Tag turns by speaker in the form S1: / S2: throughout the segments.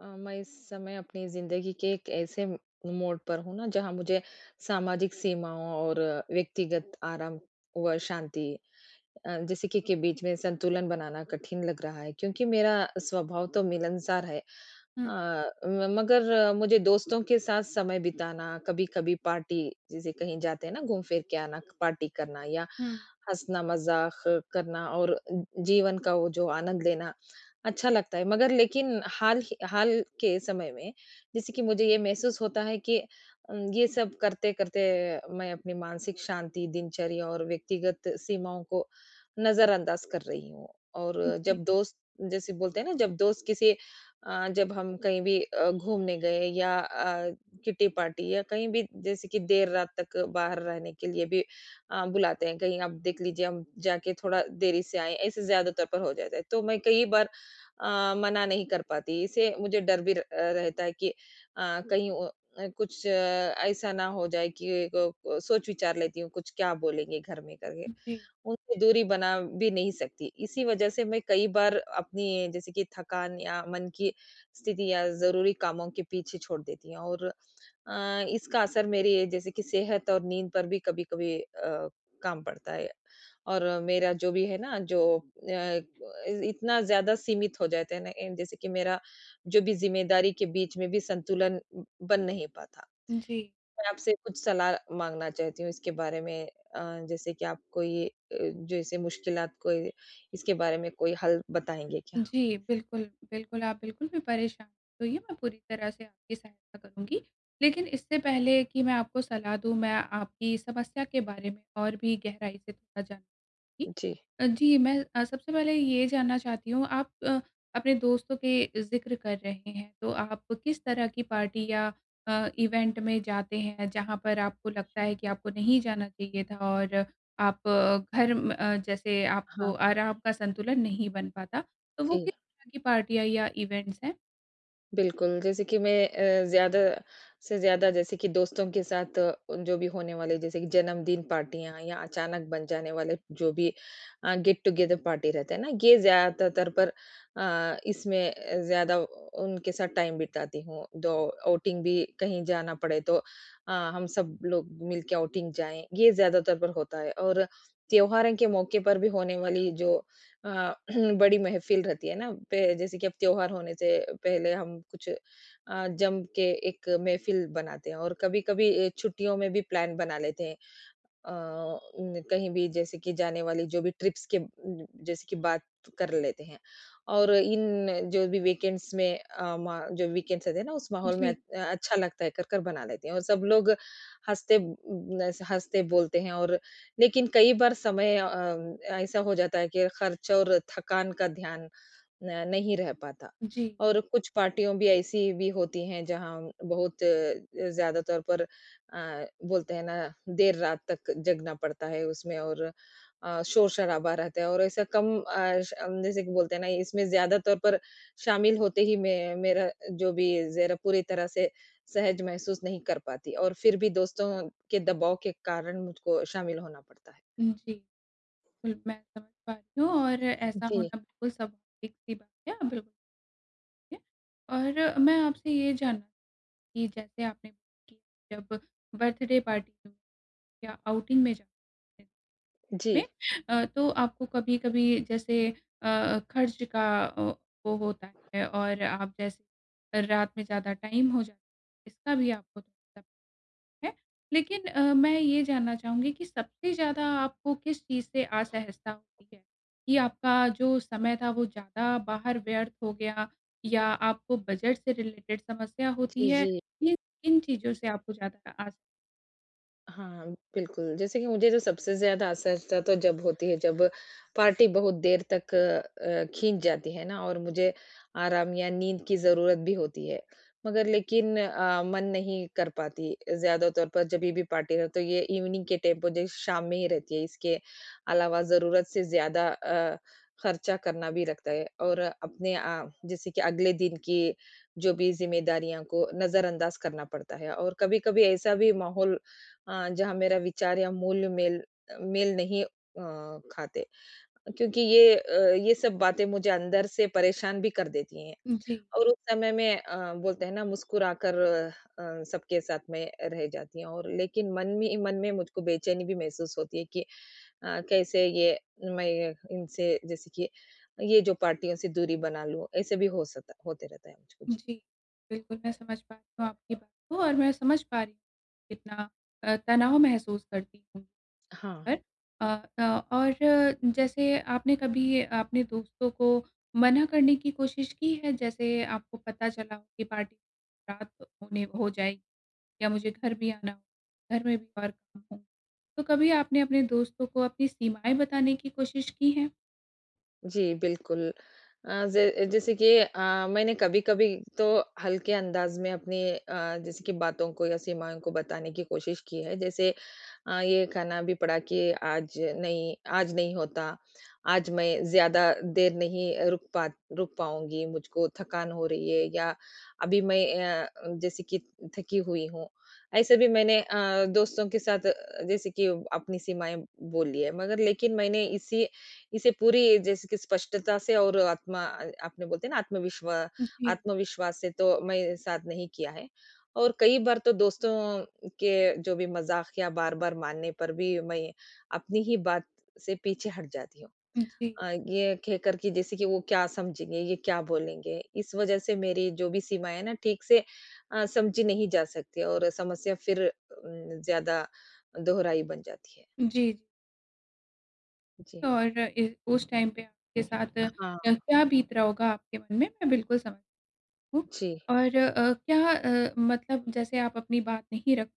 S1: मैं इस समय अपनी ज़िंदगी के एक ऐसे म मोड़ पर हूँ ना, जहाँ मुझे सामाजिक सीमाओं और व्यक्तिगत आराम व शांति जैसे कि के बीच में संतुलन बनाना कठिन लग रहा है, क्योंकि मेरा स्वभाव तो मिलनसार है। अ,
S2: हुँ,
S1: म मगर मुझे दोस्तों के साथ समय बिताना, कभी-कभी पार्टी जैसे कहीं जाते हैं ना घूम-फिर के आना, पार्टी करना या
S2: हुँ।
S1: हँसना-मज़ाक करना और जीवन का वो जो आनंद लेना अच्छा लगता है। मगर लेकिन हाल के समय में जैसे कि मुझे ये महसूस होता है कि ये सब करते-करते मैं अपनी मानसिक शांति, दिनचर्या और व्यक्तिगत सीमाओं को नज़रअंदाज कर रही हूँ। और
S2: जी,
S1: जब दोस्त जैसे बोलते हैं ना, जब हम कहीं भी घूमने गए या किटी पार्टी या कहीं भी जैसे कि देर रात तक बाहर रहने के लिए भी बुलाते हैं, कहीं आप देख लीजिए हम जाके थोड़ा देरी से आए, ऐसे ज़्यादातर पर हो जाता है। तो मैं कई बार मना नहीं कर पाती। इससे मुझे डर भी रहता है कि कहीं कुछ ऐसा ना हो जाए कि सोच विचार लेती हूँ, कुछ क्या बोलेंगे घर में करके।
S2: जी,
S1: उनसे दूरी बना भी नहीं सकती। इसी वजह से मैं कई बार अपनी जैसे कि थकान या मन की स्थिति या ज़रूरी कामों के पीछे छोड़ देती हूँ और इसका असर मेरी जैसे कि सेहत और नींद पर भी कभी-कभी काम पड़ता है और मेरा जो भी है ना जो इतना ज़्यादा सीमित हो जाते हैं ना एंड जैसे कि मेरा जो भी ज़िम्मेदारी के बीच में भी संतुलन बन नहीं पाता।
S2: जी।
S1: मैं आपसे कुछ सलाह माँगना चाहती हूँ इसके बारे में। जैसे कि आप कोई जैसे मुश्किलात कोई इसके बारे में कोई हल बताएँगे क्या?
S2: जी, बिल्कुल, बिल्कुल, आप बिल्कुल भी परेशान मत होइए, मैं पूरी तरह से आपकी सहायता करूँगी। लेकिन इससे पहले कि मैं आपको सलाह दूँ, मैं आपकी समस्या के बारे में और भी गहराई से थोड़ा जानना चाहूँगी।
S1: जी।
S2: जी, मैं सबसे पहले ये जानना चाहती हूँ, आप अपने दोस्तों के ज़िक्र कर रहे हैं, तो आप किस तरह की पार्टी या इवेंट में जाते हैं, जहाँ पर आपको लगता है कि आपको नहीं जाना चाहिए था और आप जैसे आपको
S1: हाँ।
S2: आराम का संतुलन नहीं बन पाता? तो वो
S1: जी।
S2: किस तरह की पार्टियाँ या इवेंट्स हैं?
S1: बिल्कुल, जैसे कि मैं ज़्यादा से ज़्यादा जैसे कि दोस्तों के साथ जो भी होने वाले जैसे कि जन्मदिन पार्टियाँ या अचानक बन जाने वाले जो भी गेट टुगेदर पार्टी रहते हैं ना, ये ज़्यादातर पर इसमें ज़्यादा उनके साथ टाइम बिताती हूँ। दो आउटिंग भी कहीं जाना पड़े तो हम सब लोग मिलके आउटिंग जाएँ, ये ज़्यादातर पर होता है। और त्योहारों के मौके पर भी होने वाली जो अ, बड़ी महफ़िल रहती है ना, पे जैसे कि अब त्योहार होने से पहले हम कुछ जम के एक महफ़िल बनाते हैं और कभी-कभी छुट्टियों में भी प्लान बना लेते हैं। अ, न कहीं भी जैसे कि जाने वाली जो भी ट्रिप्स के जैसे कि बात कर लेते हैं। और इन जो भी वीकेंड्स में अ, मा जो वीकेंड्स रहते हैं ना उस माहौल में
S2: जी,
S1: अच्छा लगता है कर-कर बना लेते हैं और सब लोग ऐसे हँसते बोलते हैं। और लेकिन कई बार समय ऐसा हो जाता है कि खर्च और थकान का ध्यान न नहीं रह पाता।
S2: जी,
S1: और कुछ पार्टियों भी ऐसी भी होती हैं जहाँ बहुत ज़्यादा तौर पर बोलते हैं ना देर रात तक जगना पड़ता है उसमें। और शोर-शराबा रहता है और ऐसा कम जैसे कि बोलते हैं ना इसमें ज़्यादा तौर पर शामिल होते ही मैं मेरा जो भी ज़रा पूरी तरह से सहज महसूस नहीं कर पाती, और फिर भी दोस्तों के दबाव के कारण मुझको शामिल होना पड़ता है।
S2: जी। बिल्कुल, मैं समझ पा रही हूँ, और ऐसा
S1: जी,
S2: होना बिल्कुल स्वाभाविक सी बात है, आप बिल्कुल ठीक हैं। और मैं आपसे ये जानना कि जैसे आपने, कि जब बर्थडे पार्टी या आउटिंग में जाते हैं
S1: जी,
S2: में तो आपको कभी-कभी जैसे खर्च का वो होता है, और आप जैसे रात में ज़्यादा टाइम हो जाता है, इसका भी आपको थोड़ा-सा है। लेकिन मैं ये जानना चाहूँगी कि सबसे ज़्यादा आपको किस चीज़ से असहजता होती है? कि आपका जो समय था वो ज़्यादा बाहर व्यर्थ हो गया, या आपको बजट से रिलेटेड समस्या होती
S1: जी,
S2: है?
S1: जी।
S2: ये किन चीज़ों से आपको ज़्यादा आस।
S1: हाँ, बिल्कुल, जैसे कि मुझे जो सबसे ज़्यादा असहजता तो जब होती है, जब पार्टी बहुत देर तक खींच जाती है ना, और मुझे आराम या नींद की ज़रूरत भी होती है। मगर लेकिन मन नहीं कर पाती, ज़्यादा तौर पर जभी भी पार्टी रहे, तो ये इवनिंग के टेम्पो जैसे शाम में ही रहती है। इसके अलावा ज़रूरत से ज़्यादा खर्चा करना भी लगता है और अपने जैसे कि अगले दिन की जो भी ज़िम्मेदारियाँ को नज़रअंदाज़ करना पड़ता है, और कभी-कभी ऐसा भी माहौल जहाँ मेरा विचार या मूल्य मेल मेल नहीं खाते। क्योंकि ये सब बातें मुझे अंदर से परेशान भी कर देती हैं,
S2: जी,
S1: और उस समय में बोलते हैं ना मुस्कुराकर सबके साथ में रह जाती हूँ, और लेकिन मन में ही मन में मुझको बेचैनी भी महसूस होती है कि कैसे ये मैं इनसे जैसे कि ये जो पार्टियों से दूरी बना लूँ, ऐसे भी हो सकता होते रहता है मुझको। जी।
S2: जी। बिल्कुल, मैं समझ पा रही हूँ आपकी बात को, और मैं समझ पा रही हूँ कितना तनाव महसूस करती होंगी।
S1: हाँ।
S2: पर अ अ, और जैसे आपने कभी अपने दोस्तों को मना करने की कोशिश की है? जैसे आपको पता चला हो कि पार्टी रात होने हो जाएगी, या मुझे घर भी आना हो, घर में भी और काम हो। तो कभी आपने अपने दोस्तों को अपनी सीमाएँ बताने की कोशिश की हैं?
S1: जी, बिल्कुल। अ, ज जैसे कि मैंने कभी-कभी तो हल्के अंदाज़ में अपनी जैसे कि बातों को या सीमाओं को बताने की कोशिश की है। जैसे ये खाना भी पड़ा कि आज नहीं, आज नहीं होता, आज मैं ज़्यादा देर नहीं रुक पाऊँगी, मुझको थकान हो रही है, या अभी मैं अ, जैसे कि थकी हुई हूँ। ऐसे भी मैंने दोस्तों के साथ जैसे कि अपनी सीमाएँ बोली है। मगर लेकिन मैंने इसी इसे पूरी जैसे कि स्पष्टता से और आत्मा आपने बोलते हैं ना
S2: जी,
S1: आत्मविश्वास से तो मैं साथ नहीं किया है। और कई बार तो दोस्तों के जो भी मज़ाकिया बार-बार मानने पर भी मैं अपनी ही बात से पीछे हट जाती हूँ।
S2: जी।
S1: ये कहकर कि जैसे कि वो क्या समझेंगे, ये क्या बोलेंगे? इस वज़ह से मेरी जो भी सीमाएँ हैं ना ठीक से समझी नहीं जा सकती, और समस्या फिर ज़्यादा दोहराई बन जाती है।
S2: जी, जी।
S1: जी हाँ।
S2: और ए उस टाइम पे आपके साथ
S1: हाँ।
S2: क्या बीत रहा होगा आपके मन में, मैं बिल्कुल समझ हूँ।
S1: जी।
S2: और क्या मतलब जैसे आप अपनी बात नहीं रख,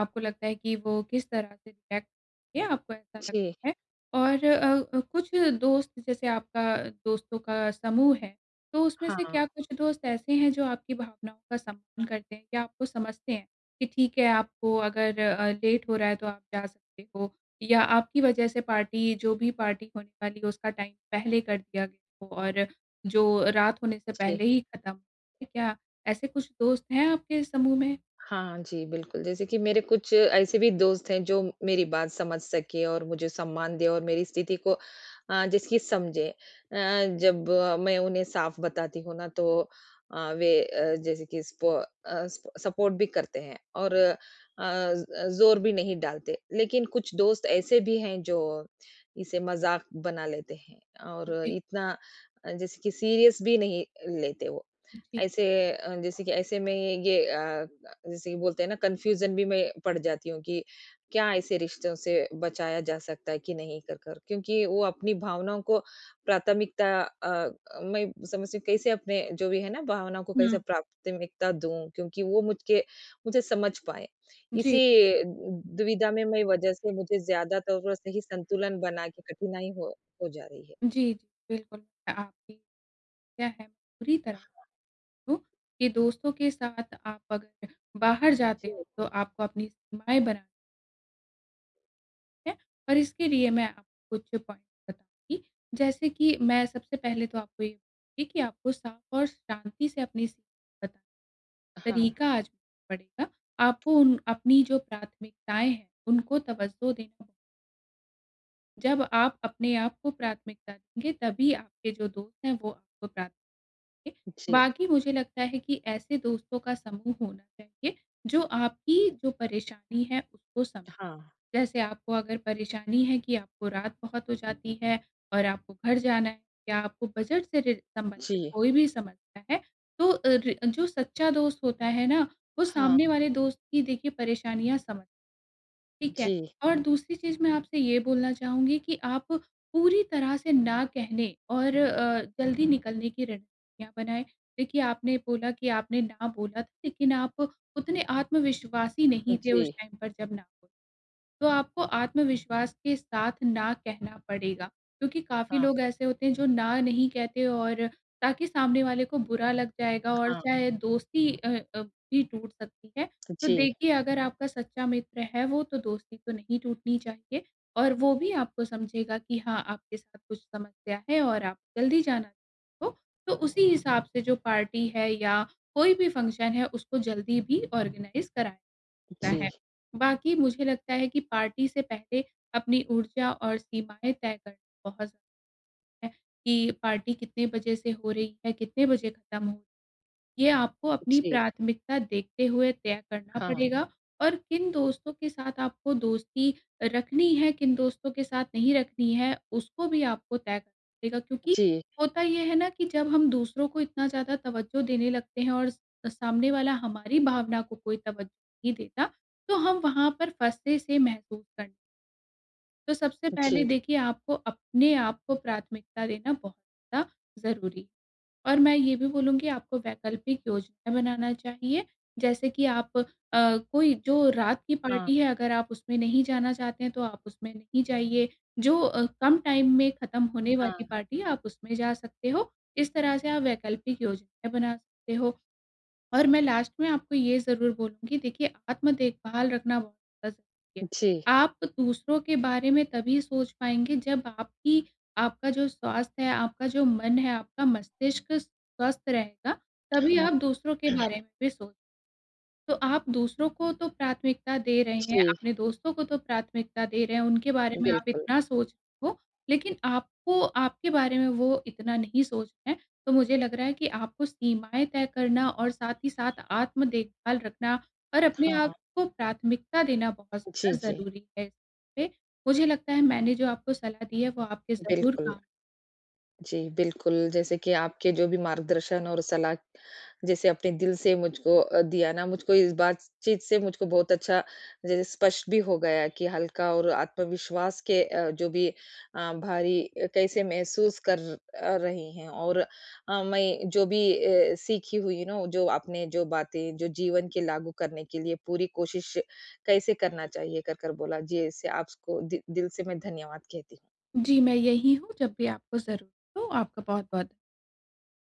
S2: आपको लगता है कि वो किस तरह से रिएक्ट करेंगे, आपको ऐसा
S1: जी।
S2: लगता है? और कुछ दोस्त, जैसे आपका दोस्तों का समूह है, तो उसमें से
S1: हाँ।
S2: क्या कुछ दोस्त ऐसे हैं जो आपकी भावनाओं का सम्मान करते हैं या आपको समझते हैं कि ठीक है, आपको अगर लेट हो रहा है तो आप जा सकते हो, या आपकी वजह से पार्टी, जो भी पार्टी होने वाली है उसका टाइम पहले कर दिया गया हो, और जो रात होने से
S1: जी,
S2: पहले ही खत्म हो? क्या ऐसे कुछ दोस्त हैं आपके समूह में?
S1: हाँ जी, बिल्कुल, जैसे कि मेरे कुछ ऐसे भी दोस्त हैं जो मेरी बात समझ सके और मुझे सम्मान दें और मेरी स्थिति को जैसे कि समझें। जब मैं उन्हें साफ बताती हूँ ना, तो वे जैसे कि स्पो अ, स्प सपोर्ट भी करते हैं और अ, ज़ ज़ोर भी नहीं डालते। लेकिन कुछ दोस्त ऐसे भी हैं जो इसे मज़ाक बना लेते हैं और
S2: जी,
S1: इतना जैसे कि सीरियस भी नहीं लेते वो।
S2: जी।
S1: ऐसे में ये जैसे कि बोलते हैं ना कन्फ्यूजन भी मैं पड़ जाती हूँ कि क्या ऐसे रिश्तों से बचाया जा सकता है कि नहीं कर कर, क्योंकि वो अपनी भावनाओं को प्राथमिकता मैं समझती हूँ कैसे अपने जो भी है ना भावनाओं को कैसे
S2: हुँ।
S1: प्राथमिकता दूं, क्योंकि वो मुझके मुझे समझ पाए, इसी
S2: जी,
S1: दुविधा में मैं वजह से मुझे ज्यादा तौर पर सही संतुलन बना के कठिनाई हो जा रही है।
S2: जी, जी, बिल्कुल, आपकी क्या है पूरी तरह हूँ कि दोस्तों के साथ आप अगर बाहर
S1: जी
S2: जाते हो तो आपको अपनी सीमाएँ बनानी है, और इसके लिए मैं आपको कुछ पॉइंट बताऊँगी। जैसे कि मैं सबसे पहले तो आपको ये बताऊँगी कि आपको साफ और शांति से अपनी सीमा बताने का
S1: हाँ,
S2: तरीका आज़माना पड़ेगा। आपको उन अपनी जो प्राथमिकताएँ हैं, उनको तवज्जो देना, जब आप अपने आप को प्राथमिकता देंगे, तभी आपके जो दोस्त हैं वो आपको प्राथ चाहिए।
S1: जी
S2: बाकी मुझे लगता है कि ऐसे दोस्तों का समूह होना चाहिए जो आपकी जो परेशानी है उसको समझें।
S1: हाँ,
S2: जैसे आपको अगर परेशानी है कि आपको रात बहुत हो जाती है और आपको घर जाना है, या आपको बजट से
S1: जी
S2: संबंधित कोई भी समस्या है, तो जो सच्चा दोस्त होता है ना, वो
S1: हाँ,
S2: सामने वाले दोस्त की, देखिए, परेशानियां समझ। ठीक है।
S1: जी,
S2: और दूसरी चीज़ मैं आपसे ये बोलना चाहूँगी कि आप पूरी तरह से ना कहने और जल्दी निकलने की रणनीतियाँ बनाएँ। देखिए, आपने बोला कि आपने ना बोला था, लेकिन आप उतने आत्मविश्वासी नहीं थे
S1: जी
S2: उस टाइम पर जब ना बोला। तो आपको आत्मविश्वास के साथ ना कहना पड़ेगा, क्योंकि काफ़ी
S1: हाँ,
S2: लोग ऐसे होते हैं जो ना नहीं कहते, और ताकि सामने वाले को बुरा लग जाएगा और
S1: हाँ,
S2: चाहे दोस्ती अ, भी टूट सकती है। तो
S1: जी,
S2: देखिए, अगर आपका सच्चा मित्र है वो, तो दोस्ती तो नहीं टूटनी चाहिए, और वो भी आपको समझेगा कि हाँ, आपके साथ कुछ समस्या है और आप जल्दी जाना चाहते हो, तो उसी हिसाब से जो पार्टी है या कोई भी फंक्शन है, उसको जल्दी भी ऑर्गेनाइज़ करा
S1: जी,
S2: सकता है। बाकी मुझे लगता है कि पार्टी से पहले अपनी ऊर्जा और सीमाएँ तय करना बहुत ज़रूरी है, कि पार्टी कितने बजे से हो रही है, कितने बजे खत्म हो, ये आपको अपनी
S1: जी,
S2: प्राथमिकता देखते हुए तय करना
S1: हाँ,
S2: पड़ेगा, और किन दोस्तों के साथ आपको दोस्ती रखनी है, किन दोस्तों के साथ नहीं रखनी है, उसको भी आपको तय करना पड़ेगा, क्योंकि
S1: जी,
S2: होता ये है ना कि जब हम दूसरों को इतना ज़्यादा तवज्जो देने लगते हैं और स सामने वाला हमारी भावना को कोई तवज्जो नहीं देता, तो हम वहाँ पर फँसे से महसूस करते हैं। तो सबसे पहले
S1: जी,
S2: देखिए, आपको अपने आप को प्राथमिकता देना बहुत ज़्यादा ज़रूरी है। और मैं ये भी बोलूँगी, आपको वैकल्पिक योजनाएँ बनाना चाहिए, जैसे कि आप कोई जो रात की हुँ।
S1: हाँ,
S2: पार्टी है, अगर आप उसमें नहीं जाना चाहते हैं, तो आप उसमें नहीं जाइए। जो कम टाइम में खत्म होने
S1: हाँ,
S2: वाली पार्टी है, आप उसमें जा सकते हो। इस तरह से आप वैकल्पिक योजनाएँ बना सकते हो। और मैं लास्ट में आपको ये ज़रूर बोलूँगी, देखिए, आत्म देखभाल रखना बहुत ज़्यादा ज़रूरी है।
S1: जी,
S2: आप दूसरों के बारे में तभी सोच पाएँगे जब आपकी आपका जो स्वास्थ्य है, आपका जो मन है, आपका मस्तिष्क स्वस्थ रहेगा, तभी
S1: हाँ,
S2: आप दूसरों के बारे में भी सोच। तो आप दूसरों को तो प्राथमिकता दे रहे हैं,
S1: जी,
S2: अपने दोस्तों को तो प्राथमिकता दे रहे हैं, उनके बारे में आप
S1: बिल्कुल,
S2: इतना सोच रहे हो, लेकिन आपको आपके बारे में वो इतना नहीं सोच रहे हैं। तो मुझे लग रहा है कि आपको सीमाएँ तय करना और साथ ही साथ आत्म देखभाल रखना और अपने आप
S1: हाँ,
S2: को प्राथमिकता देना बहुत
S1: जी,
S2: ज़्यादा
S1: जी,
S2: ज़रूरी है इस पे। मुझे लगता है मैंने जो आपको सलाह दी है वो आपके ज़रूर
S1: बिल्कुल।
S2: काम।
S1: जी, बिल्कुल, जैसे कि आपके जो भी मार्गदर्शन और सलाह जैसे अपने दिल से मुझको दिया ना, मुझको इस बातचीत से मुझको बहुत अच्छा जैसे स्पष्ट भी हो गया कि हल्का और आत्मविश्वास के जो भी भारी कैसे महसूस कर रही हैं, और मैं जो भी सीखी हुई ना, जो आपने जो बातें जो जीवन के लागू करने के लिए पूरी कोशिश कैसे करना चाहिए, कर बोला। जी, इससे आपको दि दिल से मैं धन्यवाद कहती हूँ।
S2: जी, मैं यहीं हूँ जब भी आपको ज़रूरत हो। आपका बहुत-बहुत